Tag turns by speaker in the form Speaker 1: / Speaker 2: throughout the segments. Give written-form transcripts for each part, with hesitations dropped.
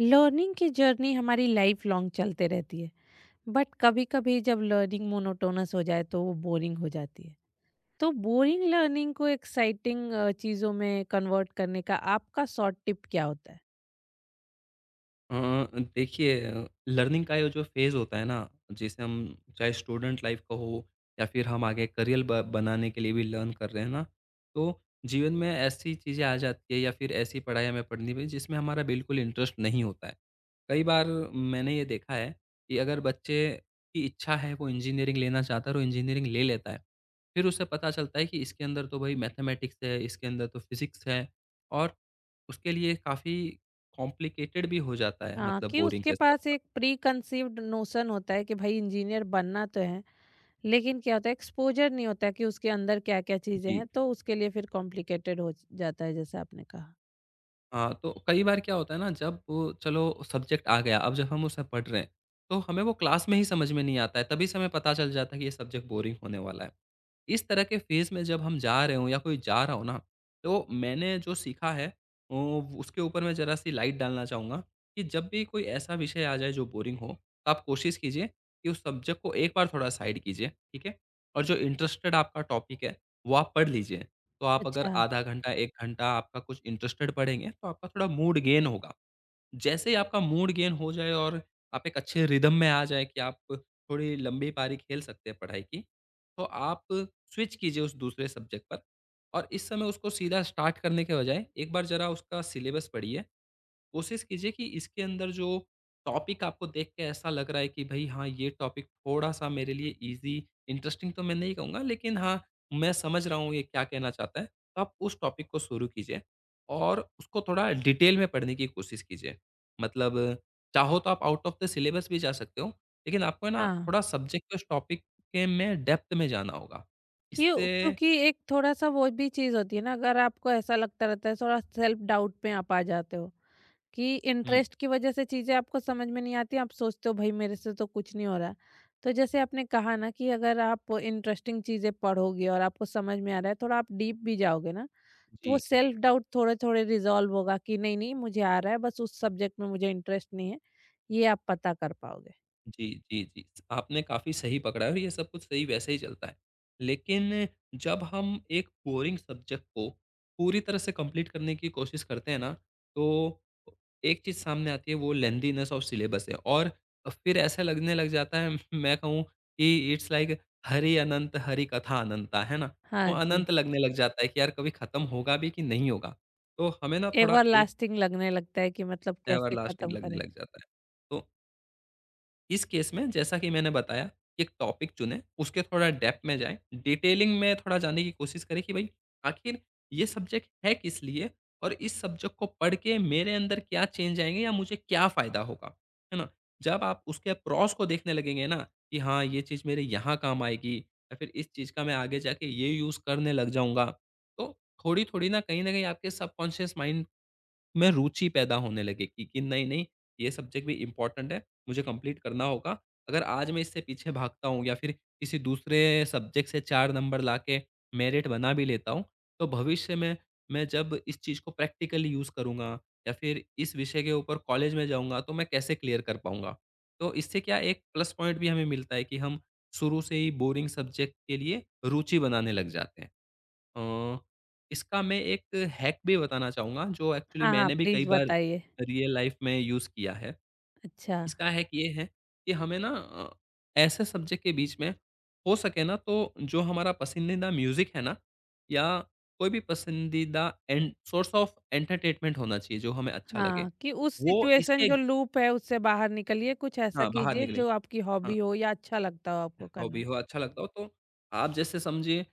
Speaker 1: Learning की journey हमारी life long चलते रहती है। बट कभी कभी जब लर्निंग मोनोटोनस हो जाए तो वो बोरिंग हो जाती है। तो बोरिंग लर्निंग को एक्साइटिंग चीज़ों में कन्वर्ट करने का आपका शॉर्ट टिप क्या होता है?
Speaker 2: अ, देखिए। लर्निंग का ये जो फेज़ होता है ना, जिसे हम चाहे स्टूडेंट लाइफ़ का हो या फिर हम आगे करियर ब बनाने के लिए भी लर्न कर रहे हैं ना, तो जीवन में ऐसी चीज़ें आ जाती है या फिर ऐसी पढ़ाई हमें पढ़नी पड़ी जिसमें हमारा बिल्कुल इंटरेस्ट नहीं होता है। कई बार मैंने ये देखा है कि अगर बच्चे की इच्छा है वो इंजीनियरिंग लेना चाहता है और वो इंजीनियरिंग ले लेता है। फिर उसे पता चलता है कि इसके अंदर तो भई मैथमेटिक्स है, इसके अंदर तो फिज़िक्स है, और उसके लिए काफ़ी कॉम्प्लिकेटेड भी हो जाता है, मतलब
Speaker 1: कि
Speaker 2: बोरिंग
Speaker 1: उसके
Speaker 2: के
Speaker 1: पास
Speaker 2: साथ-साथ।
Speaker 1: एक प्री कंसीव्ड नोशन होता है कि भाई इंजीनियर बनना तो है, लेकिन क्या होता है एक्सपोजर नहीं होता कि उसके अंदर क्या क्या चीज़ें
Speaker 2: जी।
Speaker 1: हैं, तो उसके लिए फिर कॉम्प्लिकेटेड हो जाता है, जैसे आपने कहा।
Speaker 2: हाँ, तो कई बार क्या होता है ना, जब वो चलो सब्जेक्ट आ गया, अब जब हम उसे पढ़ रहे हैं, तो हमें वो क्लास में ही समझ में नहीं आता है, तभी से हमें पता चल जाता है कि ये सब्जेक्ट बोरिंग होने वाला है। इस तरह के फेज़ में जब हम जा रहे हों या कोई जा रहा हो ना, तो मैंने जो सीखा है, उसके ऊपर मैं ज़रा-सी लाइट डालना चाहूँगा कि जब भी कोई ऐसा विषय आ जाए जो बोरिंग हो, तो आप कोशिश कीजिए कि उस सब्जेक्ट को एक बार थोड़ा साइड कीजिए, ठीक है? और जो इंटरेस्टेड आपका टॉपिक है, वो आप पढ़ लीजिए। तो आप अगर
Speaker 1: अच्छा।
Speaker 2: आधा घंटा, 1 घंटा आपका कुछ इंटरेस्टेड पढ़ेंगे, तो आपका थोड़ा मूड गेन होगा। जैसे ही आपका मूड गेन हो जाए और आप एक अच्छे रिदम में आ जाएँ कि आप थोड़ी लंबी पारी खेल सकते हैं पढ़ाई की, तो आप स्विच कीजिए उस दूसरे सब्जेक्ट पर, और इस समय उसको सीधा स्टार्ट करने के बजाय एक बार ज़रा उसका सिलेबस पढ़िए। कोशिश कीजिए कि इसके अंदर जो टॉपिक आपको देख के ऐसा लग रहा है कि भई हाँ, ये टॉपिक थोड़ा-सा मेरे लिए ईज़ी, इंटरेस्टिंग तो मैं नहीं कहूँगा लेकिन हाँ, मैं समझ रहा हूँ ये क्या कहना चाहता है। तो आप उस टॉपिक को शुरू कीजिए और उसको थोड़ा डिटेल में पढ़ने की कोशिश कीजिए। मतलब चाहो तो आप आउट ऑफ द सिलेबस भी जा सकते हो, लेकिन आपको है ना
Speaker 1: हाँ।
Speaker 2: थोड़ा सब्जेक्ट के उस टॉपिक के में डेप्थ में जाना होगा।
Speaker 1: क्यों?
Speaker 2: इससे।
Speaker 1: क्योंकि एक थोड़ा-सा वो भी चीज़ होती है ना, अगर आपको ऐसा लगता रहता है, थोड़ा सेल्फ डाउट में आप आ जाते हो, कि
Speaker 2: हुँ।
Speaker 1: इंटरेस्ट की वजह से चीज़ें आपको समझ में नहीं आती, आप सोचते हो भाई मेरे से तो कुछ नहीं हो रहा है। तो जैसे आपने कहा ना कि अगर आप इंटरेस्टिंग चीज़ें पढ़ोगे और आपको समझ में आ रहा है, थोड़ा आप डीप भी जाओगे ना, तो वो
Speaker 2: जी।
Speaker 1: सेल्फ डाउट थोड़े-थोड़े रिज़ॉल्व होगा कि नहीं-नहीं मुझे आ रहा है, बस उस सब्जेक्ट में मुझे इंटरेस्ट नहीं है, ये आप पता कर पाओगे।
Speaker 2: जी, जी, जी। आपने काफ़ी सही पकड़ा है और ये सब कुछ सही वैसे ही चलता है। लेकिन जब हम एक बोरिंग सब्जेक्ट को पूरी तरह से कंप्लीट करने की कोशिश करते हैं ना, तो एक चीज़ सामने आती है, वो लेंथीनेस ऑफ सिलेबस है, और फिर ऐसा लगने लग जाता है मैं कहूँ कि इट्स लाइक हरि अनंत हरि कथा अनंता, है ना? तो
Speaker 1: हाँ जी।
Speaker 2: अनंत लगने लग जाता है कि यार कभी ख़त्म होगा भी कि नहीं होगा? तो हमें ना थोड़ा एक
Speaker 1: एवरलास्टिंग लगने लगता है कि मतलब कैसे
Speaker 2: एवरलास्टिंग
Speaker 1: खत्म
Speaker 2: लगने
Speaker 1: करें।
Speaker 2: लग जाता है। तो इस केस में जैसा कि मैंने बताया कि एक टॉपिक चुनें, उसके थोड़ा डेप्थ में जाएँ, डिटेलिंग में थोड़ा जानने की कोशिश करें कि भाई आखिर ये सब्जेक्ट है किस लिए, और इस सब्जेक्ट को पढ़ के मेरे अंदर क्या चेंज आएँगे या मुझे क्या फ़ायदा होगा, है ना? जब आप उसके प्रॉस को देखने लगेंगे ना कि हाँ, ये चीज़ मेरे यहाँ काम आएगी या फिर इस चीज़ का मैं आगे जाके ये यूज़ करने लग जाऊँगा, तो थोड़ी-थोड़ी ना कहीं न कहीं आपके सबकॉन्शियस माइंड में रुचि पैदा होने लगेगी कि नहीं, नहीं, ये सब्जेक्ट भी इम्पोर्टेंट है, मुझे कंप्लीट करना होगा। अगर आज मैं इससे पीछे भागता हूँ या फिर किसी दूसरे सब्जेक्ट से 4 नंबर लाके मेरिट बना भी लेता हूँ, तो भविष्य में मैं जब इस चीज़ को प्रैक्टिकली यूज़ करूँगा या फिर इस विषय के ऊपर कॉलेज में जाऊँगा, तो मैं कैसे क्लियर कर पाऊँगा? तो इससे क्या एक प्लस पॉइंट भी हमें मिलता है कि हम शुरू से ही बोरिंग सब्जेक्ट के लिए रुचि बनाने लग जाते हैं। अ, इसका मैं एक हैक भी बताना चाहूँगा जो एक्चुअली
Speaker 1: हाँ, हाँ,
Speaker 2: मैंने भी कई
Speaker 1: प्लीज़
Speaker 2: बार
Speaker 1: बताइए।
Speaker 2: रियल लाइफ में यूज़ किया है।
Speaker 1: अच्छा।
Speaker 2: इसका हैक ये है कि हमें ना ऐसे सब्जेक्ट के बीच में हो सके ना, तो जो हमारा पसंदीदा म्यूज़िक है ना, या कोई भी पसंदीदा एंड सोर्स ऑफ एंटरटेनमेंट होना चाहिए जो हमें अच्छा लगे।
Speaker 1: हाँ, कि उस
Speaker 2: वो
Speaker 1: सिचुएशन
Speaker 2: इसके,
Speaker 1: जो लूप है उससे बाहर निकलिए, कुछ ऐसा
Speaker 2: हाँ, बाहर
Speaker 1: कीजिए
Speaker 2: निकले।
Speaker 1: जो आपकी
Speaker 2: हाँ।
Speaker 1: हॉबी हो या अच्छा लगता हो आपको
Speaker 2: हॉबी
Speaker 1: करना।
Speaker 2: हो, अच्छा लगता हो, तो आप जैसे समझिए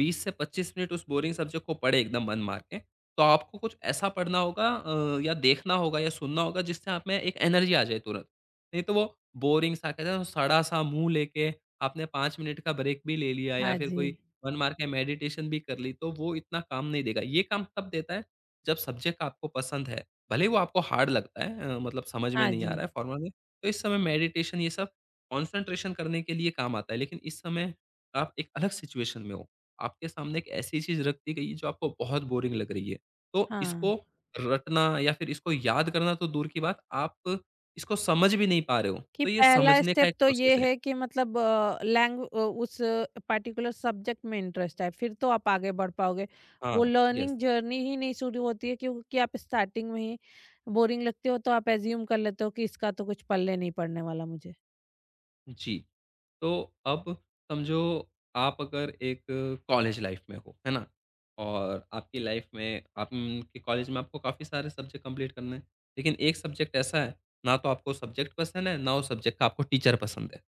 Speaker 2: 20 से 25 मिनट उस बोरिंग सब्जेक्ट को पढ़े एकदम मन मार के, तो आपको कुछ ऐसा पढ़ना होगा, या देखना होगा या सुनना होगा जिससे आप में एक एनर्जी आ जाए तुरंत। नहीं तो वो बोरिंग सा कहते हैं ना सड़ा-सा मुँह लेके, आपने 5 मिनट का ब्रेक भी ले लिया या
Speaker 1: हाँ
Speaker 2: फिर
Speaker 1: जी।
Speaker 2: कोई मन मार के मेडिटेशन भी कर ली, तो वो इतना काम नहीं देगा। ये काम तब देता है जब सब्जेक्ट आपको पसंद है, भले ही वो आपको हार्ड लगता है, मतलब समझ में
Speaker 1: हाँ
Speaker 2: नहीं आ रहा
Speaker 1: जी।
Speaker 2: है फॉर्मूला में, तो इस समय मेडिटेशन ये सब कंसंट्रेशन करने के लिए काम आता है, लेकिन इस समय आप एक अलग सिचुएशन में हो। आपके सामने एक ऐसी चीज़ रख दी गई है जो आपको बहुत बोरिंग लग रही है। तो
Speaker 1: हाँ,
Speaker 2: इसको रटना या फिर इसको याद करना तो दूर की बात, आप इसको समझ भी नहीं पा रहे हो।
Speaker 1: कि
Speaker 2: तो ये
Speaker 1: पहला
Speaker 2: समझने का
Speaker 1: स्टेप
Speaker 2: एक
Speaker 1: तो
Speaker 2: प्रोसेस
Speaker 1: ये
Speaker 2: है।
Speaker 1: है कि उस पर्टिकुलर सब्जेक्ट में इंटरेस्ट है, फिर तो आप आगे बढ़ पाओगे। वो
Speaker 2: हाँ, यस।
Speaker 1: लर्निंग जर्नी ही नहीं शुरू होती है, क्योंकि आप स्टार्टिंग में ही बोरिंग लगते हो तो आप एज़्यूम कर लेते हो कि इसका तो कुछ पल्ले नहीं पड़ने वाला मुझे।
Speaker 2: जी। तो अब समझो, आप अगर एक कॉलेज लाइफ में हो, है ना? और आपकी लाइफ में आपके कॉलेज में आपको काफ़ी सारे सब्जेक्ट कंप्लीट करने हैं। लेकिन एक सब्जेक्ट ऐसा है, ना तो आपको सब्जेक्ट पसंद है, ना उस सब्जेक्ट का आपको टीचर पसंद है।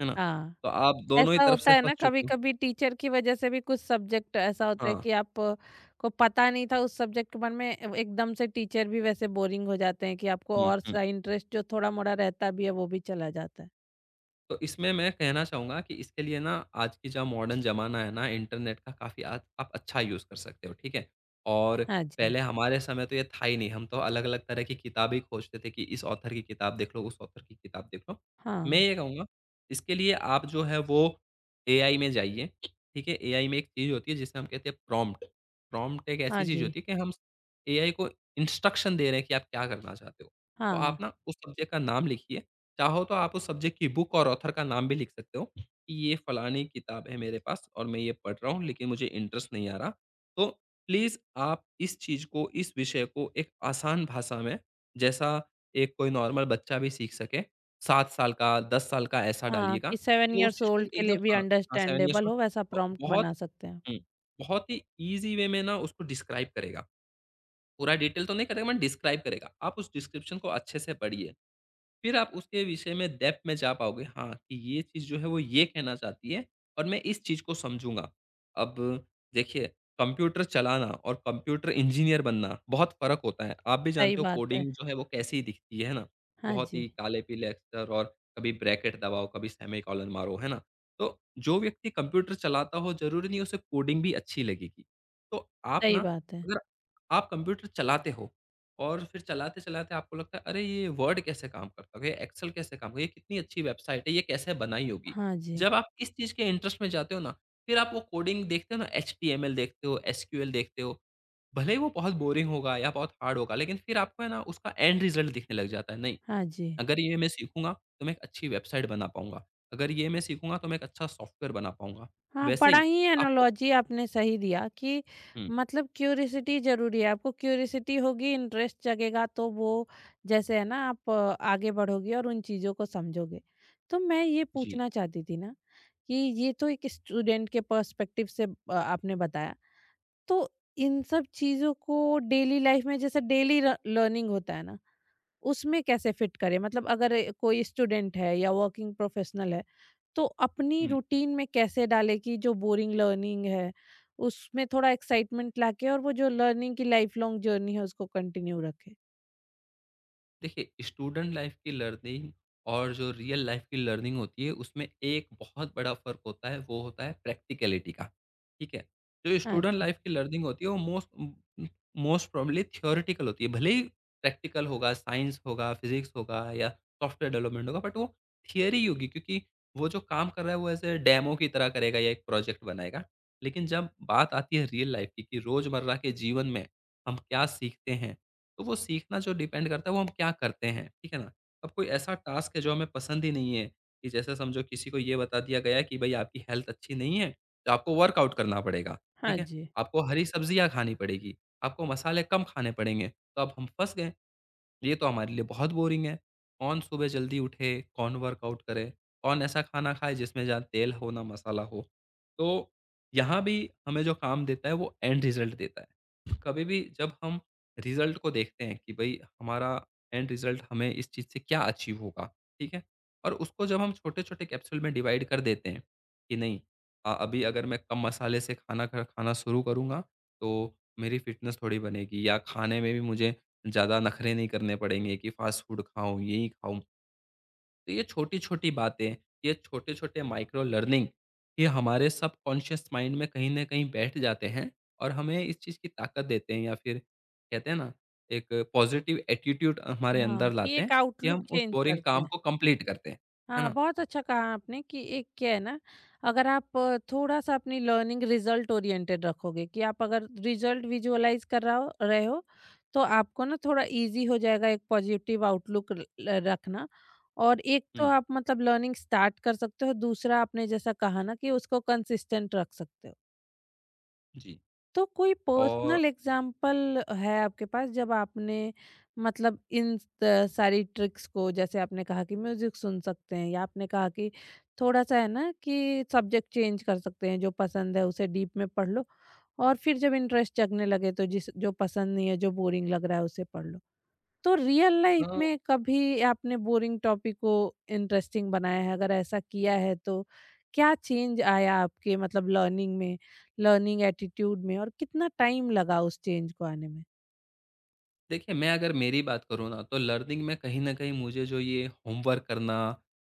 Speaker 2: है ना?
Speaker 1: हाँ।
Speaker 2: तो आप दोनों ही
Speaker 1: ऐसा
Speaker 2: तरफ
Speaker 1: होता
Speaker 2: से
Speaker 1: है
Speaker 2: फँस
Speaker 1: ना
Speaker 2: चुके हो।
Speaker 1: कभी-कभी टीचर की वजह से भी कुछ सब्जेक्ट ऐसा होता है
Speaker 2: हाँ।
Speaker 1: कि को पता नहीं था उस सब्जेक्ट के बारे में, ए एकदम से टीचर भी वैसे बोरिंग हो जाते हैं कि आपको
Speaker 2: हुँ,
Speaker 1: और
Speaker 2: हुँ।
Speaker 1: सा इंटरेस्ट जो थोड़ा-मोड़ा रहता भी है वो भी चला जाता है।
Speaker 2: तो इसमें मैं कहना चाहूँगा कि इसके लिए ना आज की जो मॉडर्न ज़माना है ना, इंटरनेट का काफ़ी आज आप अच्छा यूज़ कर सकते हो, ठीक है? और
Speaker 1: हाँ जी।
Speaker 2: पहले हमारे समय तो ये था ही नहीं, हम तो अलग-अलग तरह की किताबें खोजते थे कि इस ऑथर की किताब देख लो, उस ऑथर की किताब देख लो। मैं
Speaker 1: हाँ।
Speaker 2: ये कहूँगा, इसके लिए आप जो है वो एआई में जाइए, ठीक है? एआई में एक चीज़ होती है जिसे हम कहते हैं प्रॉम्प्ट। प्रॉम्प्ट एक
Speaker 1: हाँ
Speaker 2: ऐसी चीज़
Speaker 1: जी।
Speaker 2: होती है कि हम एआई को इंस्ट्रक्शन दे रहे हैं कि आप क्या करना चाहते हो। तो आप
Speaker 1: हाँ,
Speaker 2: ना उस सब्जेक्ट का नाम लिखिए, चाहो तो आप उस सब्जेक्ट की बुक और ऑथर का नाम भी लिख सकते हो कि ये फलानी किताब है मेरे पास और मैं ये पढ़ रहा हूँ लेकिन मुझे इंटरेस्ट नहीं आ रहा। तो प्लीज़ आप इस चीज़ को, इस विषय को एक आसान भाषा में, जैसा एक कोई नॉर्मल बच्चा भी सीख सके, 7 साल का, 10 साल का, ऐसा
Speaker 1: हाँ
Speaker 2: डालिएगा
Speaker 1: कि 7
Speaker 2: कि वो उस
Speaker 1: इयर्स
Speaker 2: चीज़ को
Speaker 1: ओल्ड के
Speaker 2: एकदम,
Speaker 1: लिए भी
Speaker 2: हाँ, हाँ, 7 ईयर्स
Speaker 1: अंडरस्टैंडेबल
Speaker 2: ओल्ड
Speaker 1: हो वैसा
Speaker 2: ब
Speaker 1: प्रॉम्प्ट
Speaker 2: बहुत
Speaker 1: बना सकते हैं।
Speaker 2: हुँ, बहुत ही ईज़ी वे में ना उसको डिस्क्राइब करेगा। पूरा डिटेल तो नहीं करेगा बट डिस्क्राइब करेगा। आप उस डिस्क्रिप्शन को अच्छे से पढ़िए। फिर आप उसके विषय में डेप्थ में जा पाओगे, हाँ, कि ये चीज़ जो है वो ये कहना चाहती है, और मैं इस चीज़ को समझूँगा। अब देखिए, कंप्यूटर चलाना और कंप्यूटर इंजीनियर बनना बहुत फ़र्क होता है। आप भी
Speaker 1: सही
Speaker 2: जानते हो
Speaker 1: बात है।
Speaker 2: कोडिंग जो है वो कैसी दिखती है ना?
Speaker 1: हाँ
Speaker 2: बहुत
Speaker 1: जी,
Speaker 2: ही काले-पीले अक्षर, और कभी ब्रैकेट दबाओ, कभी सेमीकोलन मारो, है ना? तो जो व्यक्ति कंप्यूटर चलाता हो, ज़रूरी नहीं है उसे कोडिंग भी अच्छी लगेगी। तो आप ना,
Speaker 1: सही बात है।
Speaker 2: अगर आप कंप्यूटर चलाते हो और फिर चलाते-चलाते आपको लगता है अरे ये वर्ड कैसे काम करता होगा, ये एक्सेल कैसे काम होगा, ये कितनी अच्छी वेबसाइट है, ये कैसे बनाई होगी।
Speaker 1: हाँ जी।
Speaker 2: जब आप इस चीज़ के इंटरेस्ट में जाते हो ना, फिर आप वो कोडिंग देखते हो ना, एचटीएमएल देखते हो, एसक्यूएल देखते हो। भले ही वो बहुत बोरिंग होगा या बहुत हार्ड होगा, लेकिन फिर आपको है ना उसका एंड रिजल्ट दिखने लग जाता है। नहीं,
Speaker 1: हाँ जी।
Speaker 2: अगर ये मैं सीखूँगा तो मैं एक अच्छी वेबसाइट बना पाऊँगा। अगर ये मैं सीखूँगा तो मैं एक अच्छा सॉफ्टवेयर बना पाऊँगा।
Speaker 1: हाँ,
Speaker 2: वैसे
Speaker 1: बड़ा
Speaker 2: ही
Speaker 1: ही
Speaker 2: आप,
Speaker 1: एनालॉजी आपने सही दिया कि
Speaker 2: हुँ,
Speaker 1: मतलब क्यूरिसिटी ज़रूरी है। आपको क्यूरिसिटी होगी, इंटरेस्ट जगेगा तो वो जैसे है ना आप आगे बढ़ोगे और उन चीज़ों को समझोगे। तो मैं ये
Speaker 2: जी।
Speaker 1: पूछना चाहती थी ना कि ये तो एक स्टूडेंट के पर्सपेक्टिव से आपने बताया। तो इन सब चीज़ों को डेली लाइफ में जैसे डेली र लर्निंग होता है ना उसमें कैसे फिट करें? मतलब अगर कोई स्टूडेंट है या वर्किंग प्रोफेशनल है, तो अपनी
Speaker 2: हुँ।
Speaker 1: रूटीन में कैसे डाले कि जो बोरिंग लर्निंग है, उसमें थोड़ा एक्साइटमेंट लाके और वो जो लर्निंग की लाइफ लॉन्ग जर्नी है उसको कंटिन्यू रखें?
Speaker 2: देखिए, स्टूडेंट लाइफ़ की लर्निंग और जो रियल लाइफ़ की लर्निंग होती है, उसमें एक बहुत बड़ा फ़र्क होता है, वो होता है प्रैक्टिकैलिटी का। ठीक है? जो
Speaker 1: हाँ
Speaker 2: स्टूडेंट
Speaker 1: जी।
Speaker 2: लाइफ़ की लर्निंग होती है, वो मोस्ट प्रोबेबली थ्योरेटिकल होती है। भले ही प्रैक्टिकल होगा, साइंस होगा, फिज़िक्स होगा या सॉफ्टवेयर डेवलपमेंट होगा, बट वो थियरी ही होगी, क्योंकि वो जो काम कर रहा है, वो ऐसे डेमो की तरह करेगा या एक प्रोजेक्ट बनाएगा। लेकिन जब बात आती है रियल लाइफ़ की, कि रोज़मर्रा के जीवन में हम क्या सीखते हैं? तो वो सीखना जो डिपेंड करता है वो हम क्या करते हैं, ठीक है ना? अब कोई ऐसा टास्क है जो हमें पसंद ही नहीं है कि जैसे समझो किसी को ये बता दिया गया है कि भई आपकी हेल्थ अच्छी नहीं है, तो आपको वर्कआउट करना पड़ेगा, ठीक
Speaker 1: हाँ
Speaker 2: है?
Speaker 1: जी।
Speaker 2: आपको हरी सब्जियाँ खानी पड़ेगी, आपको मसाले कम खाने पड़ेंगे, तो अब हम फँस गए। ये तो हमारे लिए बहुत बोरिंग है। कौन सुबह जल्दी उठे, कौन वर्कआउट करे, कौन ऐसा खाना खाए जिसमें ज़्यादा तेल हो ना मसाला हो। तो यहाँ भी हमें जो काम देता है वो एंड रिज़ल्ट देता है। कभी भी जब हम रिज़ल्ट को देखते हैं कि भई हमारा एंड रिज़ल्ट हमें इस चीज़ से क्या अचीव होगा, ठीक है? और उसको जब हम छोटे-छोटे कैप्सूल में डिवाइड कर देते हैं कि नहीं अभी अगर मैं कम मसाले से खाना ख खाना शुरू करूँगा तो मेरी फ़िटनेस थोड़ी बनेगी या खाने में भी मुझे ज़्यादा नखरे नहीं करने पड़ेंगे कि फ़ास्ट फ़ूड खाऊँ, यही खाऊँ। तो ये छोटी-छोटी बातें, ये छोटे-छोटे माइक्रो लर्निंग, ये हमारे सबकॉन्शियस माइंड में कहीं न कहीं बैठ जाते हैं और हमें इस चीज़ की ताकत देते हैं या फिर कहते हैं ना, एक पॉज़िटिव एटीट्यूड हमारे
Speaker 1: हाँ,
Speaker 2: अंदर
Speaker 1: कि
Speaker 2: लाते हैं
Speaker 1: एक
Speaker 2: कि
Speaker 1: आउटलुक
Speaker 2: हम उस
Speaker 1: चेंज
Speaker 2: बोरिंग
Speaker 1: करते
Speaker 2: काम
Speaker 1: हैं।
Speaker 2: को कंप्लीट करते हैं। है
Speaker 1: हाँ,
Speaker 2: ना?
Speaker 1: बहुत अच्छा कहा आपने कि एक क्या है ना, अगर आप थोड़ा-सा अपनी लर्निंग रिजल्ट ओरिएंटेड रखोगे, कि आप अगर रिजल्ट विजुअलाइज़ कर रहा हो रहे हो, तो आपको ना थोड़ा ईज़ी हो जाएगा एक पॉजिटिव आउटलुक र ल रखना। और एक तो
Speaker 2: हुँ,
Speaker 1: आप मतलब लर्निंग स्टार्ट कर सकते हो, दूसरा आपने जैसा कहा ना कि उसको कंसिस्टेंट रख सकते हो।
Speaker 2: जी।
Speaker 1: तो कोई
Speaker 2: और
Speaker 1: पर्सनल एग्जाम्पल है आपके पास जब आपने मतलब सारी ट्रिक्स को, जैसे आपने कहा कि म्यूजिक सुन सकते हैं या आपने कहा कि थोड़ा सा है ना कि सब्जेक्ट चेंज कर सकते हैं, जो पसंद है उसे डीप में पढ़ लो और फिर जब इंटरेस्ट जगने लगे तो जिस जो पसंद नहीं है, जो बोरिंग लग रहा है उसे पढ़ लो, तो रियल लाइफ
Speaker 2: हाँ
Speaker 1: में कभी आपने बोरिंग टॉपिक को इंटरेस्टिंग बनाया है? अगर ऐसा किया है तो क्या चेंज आया आपके मतलब लर्निंग में, लर्निंग एटीट्यूड में, और कितना टाइम लगा उस चेंज को आने में?
Speaker 2: देखिए, मैं अगर मेरी बात करूँ ना, तो लर्निंग में कहीं न कहीं मुझे जो ये होमवर्क करना,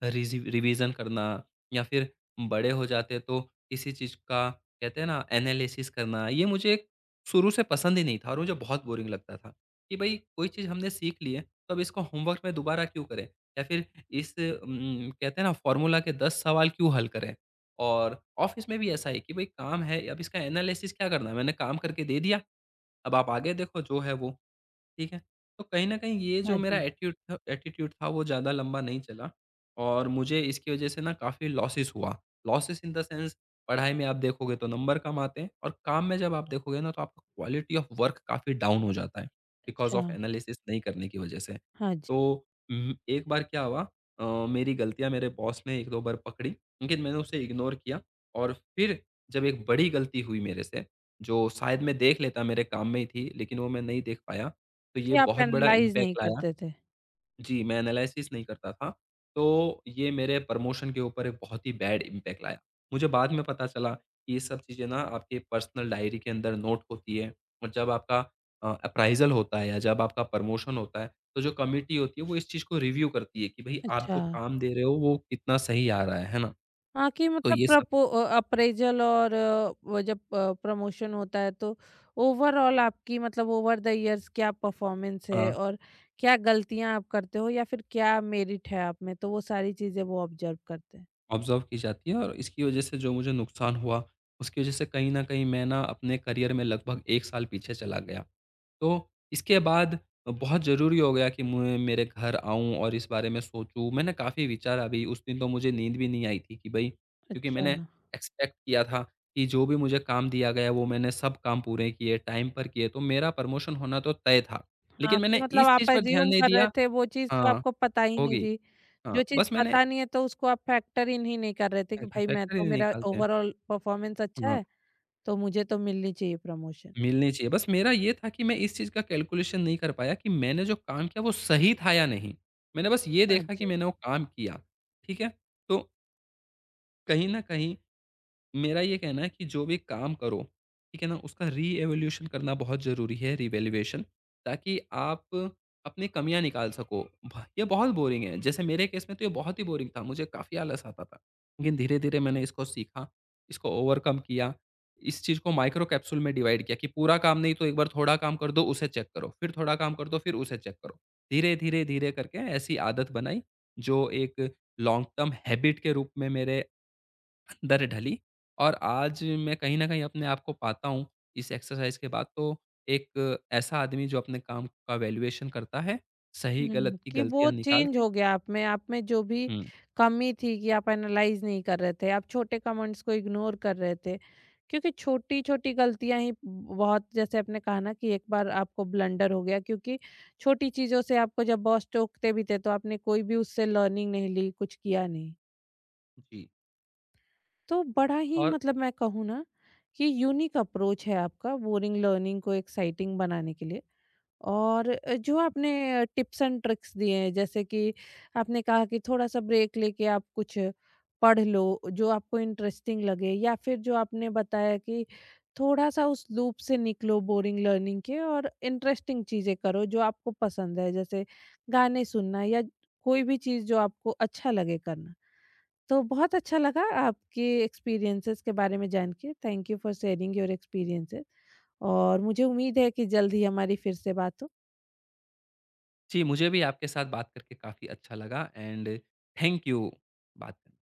Speaker 2: रिज़ी रिविज़न करना या फिर बड़े हो जाते तो किसी चीज़ का कहते हैं ना एनालिसिस करना, ये मुझे शुरू से पसंद ही नहीं था और मुझे बहुत बोरिंग लगता था कि भई कोई चीज़ हमने सीख ली है, तो अब इसको होमवर्क में दोबारा क्यों करें? या फिर इस कहते हैं ना फ़ॉर्मूला के 10 सवाल क्यों हल करें? और ऑफ़िस में भी ऐसा है कि भई काम है, अब इसका एनालिसिस क्या करना है? मैंने काम करके दे दिया, अब आप आगे देखो जो है वो। ठीक है? तो कहीं न कहीं ये जो
Speaker 1: हाँ
Speaker 2: मेरा
Speaker 1: जी।
Speaker 2: एट्यूड था एटीट्यूड था वो ज़्यादा लंबा नहीं चला और मुझे इसकी वज़ह से ना काफ़ी लॉसेस हुआ। लॉसेस इन द सेंस पढ़ाई में आप देखोगे तो नंबर कम आते हैं और काम में जब आप देखोगे ना तो आपका क्वालिटी ऑफ वर्क काफ़ी डाउन हो जाता है, बिकॉज़ ऑफ
Speaker 1: अच्छा।
Speaker 2: एनालिसिस नहीं करने की वज़ह से।
Speaker 1: हाँ जी,
Speaker 2: तो एक बार क्या हुआ मेरी गलतियाँ मेरे बॉस ने 1-2 बार पकड़ी, लेकिन मैंने उसे इग्नोर किया और फिर जब एक बड़ी गलती हुई मेरे से, जो शायद मैं देख लेता मेरे काम में ही थी, लेकिन वो मैं नहीं देख पाया तो ये
Speaker 1: कि आप
Speaker 2: बहुत बड़ा
Speaker 1: एनालाइज़
Speaker 2: इम्पैक्ट
Speaker 1: नहीं
Speaker 2: लाया
Speaker 1: करते थे।
Speaker 2: जी, मैं एनालिसिस नहीं करता था। तो ये मेरे प्रमोशन के ऊपर एक बहुत ही बैड इम्पैक्ट लाया। मुझे बाद में पता चला कि ये सब चीज़ें ना आपके पर्सनल डायरी के अंदर नोट होती है और जब आपका अप्राइज़ल होता है या जब आपका प्रमोशन होता है, तो जो कमिटी होती है वो इस चीज़ को रिव्यू करती है कि भई आप
Speaker 1: अच्छा।
Speaker 2: जो काम दे रहे हो वो कितना सही आ रहा है ना?
Speaker 1: हाँ, कि
Speaker 2: तो
Speaker 1: मतलब
Speaker 2: ये सब
Speaker 1: प्रपो अ, अप्रेज़ल और वो जब प्रमोशन होता है, तो ओवरऑल आपकी मतलब ओवर द इयर्स क्या परफ़ॉर्मेंस है
Speaker 2: हाँ।
Speaker 1: और क्या गलतियाँ आप करते हो या फिर क्या मेरिट है आप में? तो वो सारी चीज़ें वो ऑब्ज़र्व करते हैं।
Speaker 2: ऑब्ज़र्व की जाती है और इसकी वज़ह से जो मुझे नुकसान हुआ, उसकी वज़ह से कहीं न कहीं मैं ना अपने करियर में लगभग 1 साल पीछे चला गया। तो इसके बाद बहुत ज़रूरी हो गया कि मैं मेरे घर आऊँ और इस बारे में सोचूँ। मैंने काफ़ी विचारा भी, उस दिन तो मुझे नींद भी नहीं आई थी कि भई क्योंकि
Speaker 1: अच्छा।
Speaker 2: मैंने एक्सपेक्ट किया था कि जो भी मुझे काम दिया गया वो मैंने सब काम पूरे किए, टाइम पर किए, तो मेरा प्रमोशन होना तो तय था।
Speaker 1: हाँ,
Speaker 2: लेकिन
Speaker 1: कि
Speaker 2: मैंने
Speaker 1: मतलब
Speaker 2: इस चीज़
Speaker 1: आप
Speaker 2: पर ध्यान
Speaker 1: अज़्यूम
Speaker 2: नहीं
Speaker 1: कर रहे
Speaker 2: दिया
Speaker 1: थे, वो चीज़ तो
Speaker 2: हाँ,
Speaker 1: आपको पता ही नहीं
Speaker 2: होगी।
Speaker 1: थी।
Speaker 2: हाँ,
Speaker 1: जो चीज़
Speaker 2: बस मैंने
Speaker 1: पता नहीं है तो उसको आप फैक्टर इन ही नहीं कर रहे थे कि भाई मैं
Speaker 2: फैक्टर ही
Speaker 1: तो,
Speaker 2: नहीं
Speaker 1: मेरा
Speaker 2: निकालते हैं।
Speaker 1: ओवरऑल परफ़ॉर्मेंस अच्छा
Speaker 2: हाँ।
Speaker 1: है, तो मुझे तो मिलनी चाहिए प्रमोशन।
Speaker 2: मिलनी चाहिए। बस मेरा ये था कि मैं इस चीज़ का कैलकुलेशन नहीं कर पाया कि मैंने जो काम किया वो सही था या नहीं? मैंने बस ये देखा कि
Speaker 1: अच्छा।
Speaker 2: मैंने वो काम किया, ठीक है? तो कहीं न कहीं मेरा ये कहना है कि जो भी काम करो, ठीक है ना? उसका रीएवोल्यूशन करना बहुत ज़रूरी है, रिवैल्यूएशन ताकि आप अपनी कमियाँ निकाल सको। भ ये बहुत बोरिंग है, जैसे मेरे केस में तो ये बहुत ही बोरिंग था, मुझे काफ़ी आलस आता था। लेकिन धीरे-धीरे मैंने इसको सीखा, इसको ओवरकम किया, इस चीज़ को माइक्रो कैप्सूल में डिवाइड किया कि पूरा काम नहीं तो एक बार थोड़ा काम कर दो, उसे चेक करो, फिर थोड़ा काम कर दो, फिर उसे चेक करो। धीरे-धीरे, धीरे धीरे करके ऐसी आदत बनाई, जो एक लॉन्ग टर्म हैबिट के रूप में मेरे दर ढली और आज मैं कहीं न कहीं अपने आप को पाता हूँ इस एक्सरसाइज़ के बाद तो एक ऐसा आदमी जो अपने काम का वैल्यूएशन करता है, सही-गलत
Speaker 1: हुँ,
Speaker 2: की
Speaker 1: कि वो
Speaker 2: गलतियाँ निकाल
Speaker 1: चेंज
Speaker 2: के
Speaker 1: हो गया आप में जो भी
Speaker 2: हुँ,
Speaker 1: कमी थी कि आप एनालाइज़ नहीं कर रहे थे, आप छोटे कमेंट्स को इग्नोर कर रहे थे। क्योंकि छोटी-छोटी गलतियाँ ही बहुत, जैसे आपने कहा ना कि एक बार आपको ब्लंडर हो गया क्योंकि छोटी चीज़ों से आपको जब बॉस टोकते भी थे, तो आपने कोई भी उससे लर्निंग नहीं ली, कुछ किया नहीं।
Speaker 2: जी।
Speaker 1: तो बड़ा ही
Speaker 2: और
Speaker 1: मतलब मैं कहूँ ना कि यूनिक अप्रोच है आपका बोरिंग लर्निंग को एक्साइटिंग बनाने के लिए। और जो आपने टिप्स एंड ट्रिक्स दिए हैं, जैसे कि आपने कहा कि थोड़ा सा ब्रेक लेके आप कुछ पढ़ लो जो आपको इंटरेस्टिंग लगे, या फिर जो आपने बताया कि थोड़ा सा उस लूप से निकलो बोरिंग लर्निंग के और इंटरेस्टिंग चीज़ें करो जो आपको पसंद है, जैसे गाने सुनना या कोई भी चीज़ जो आपको अच्छा लगे करना। तो बहुत अच्छा लगा आपके एक्सपीरियंसेस के बारे में जान के। Thank you for sharing your experiences, और मुझे उम्मीद है कि जल्द ही हमारी फिर से बात हो।
Speaker 2: जी, मुझे भी आपके साथ बात करके काफ़ी अच्छा लगा एंड थैंक यू, बात करने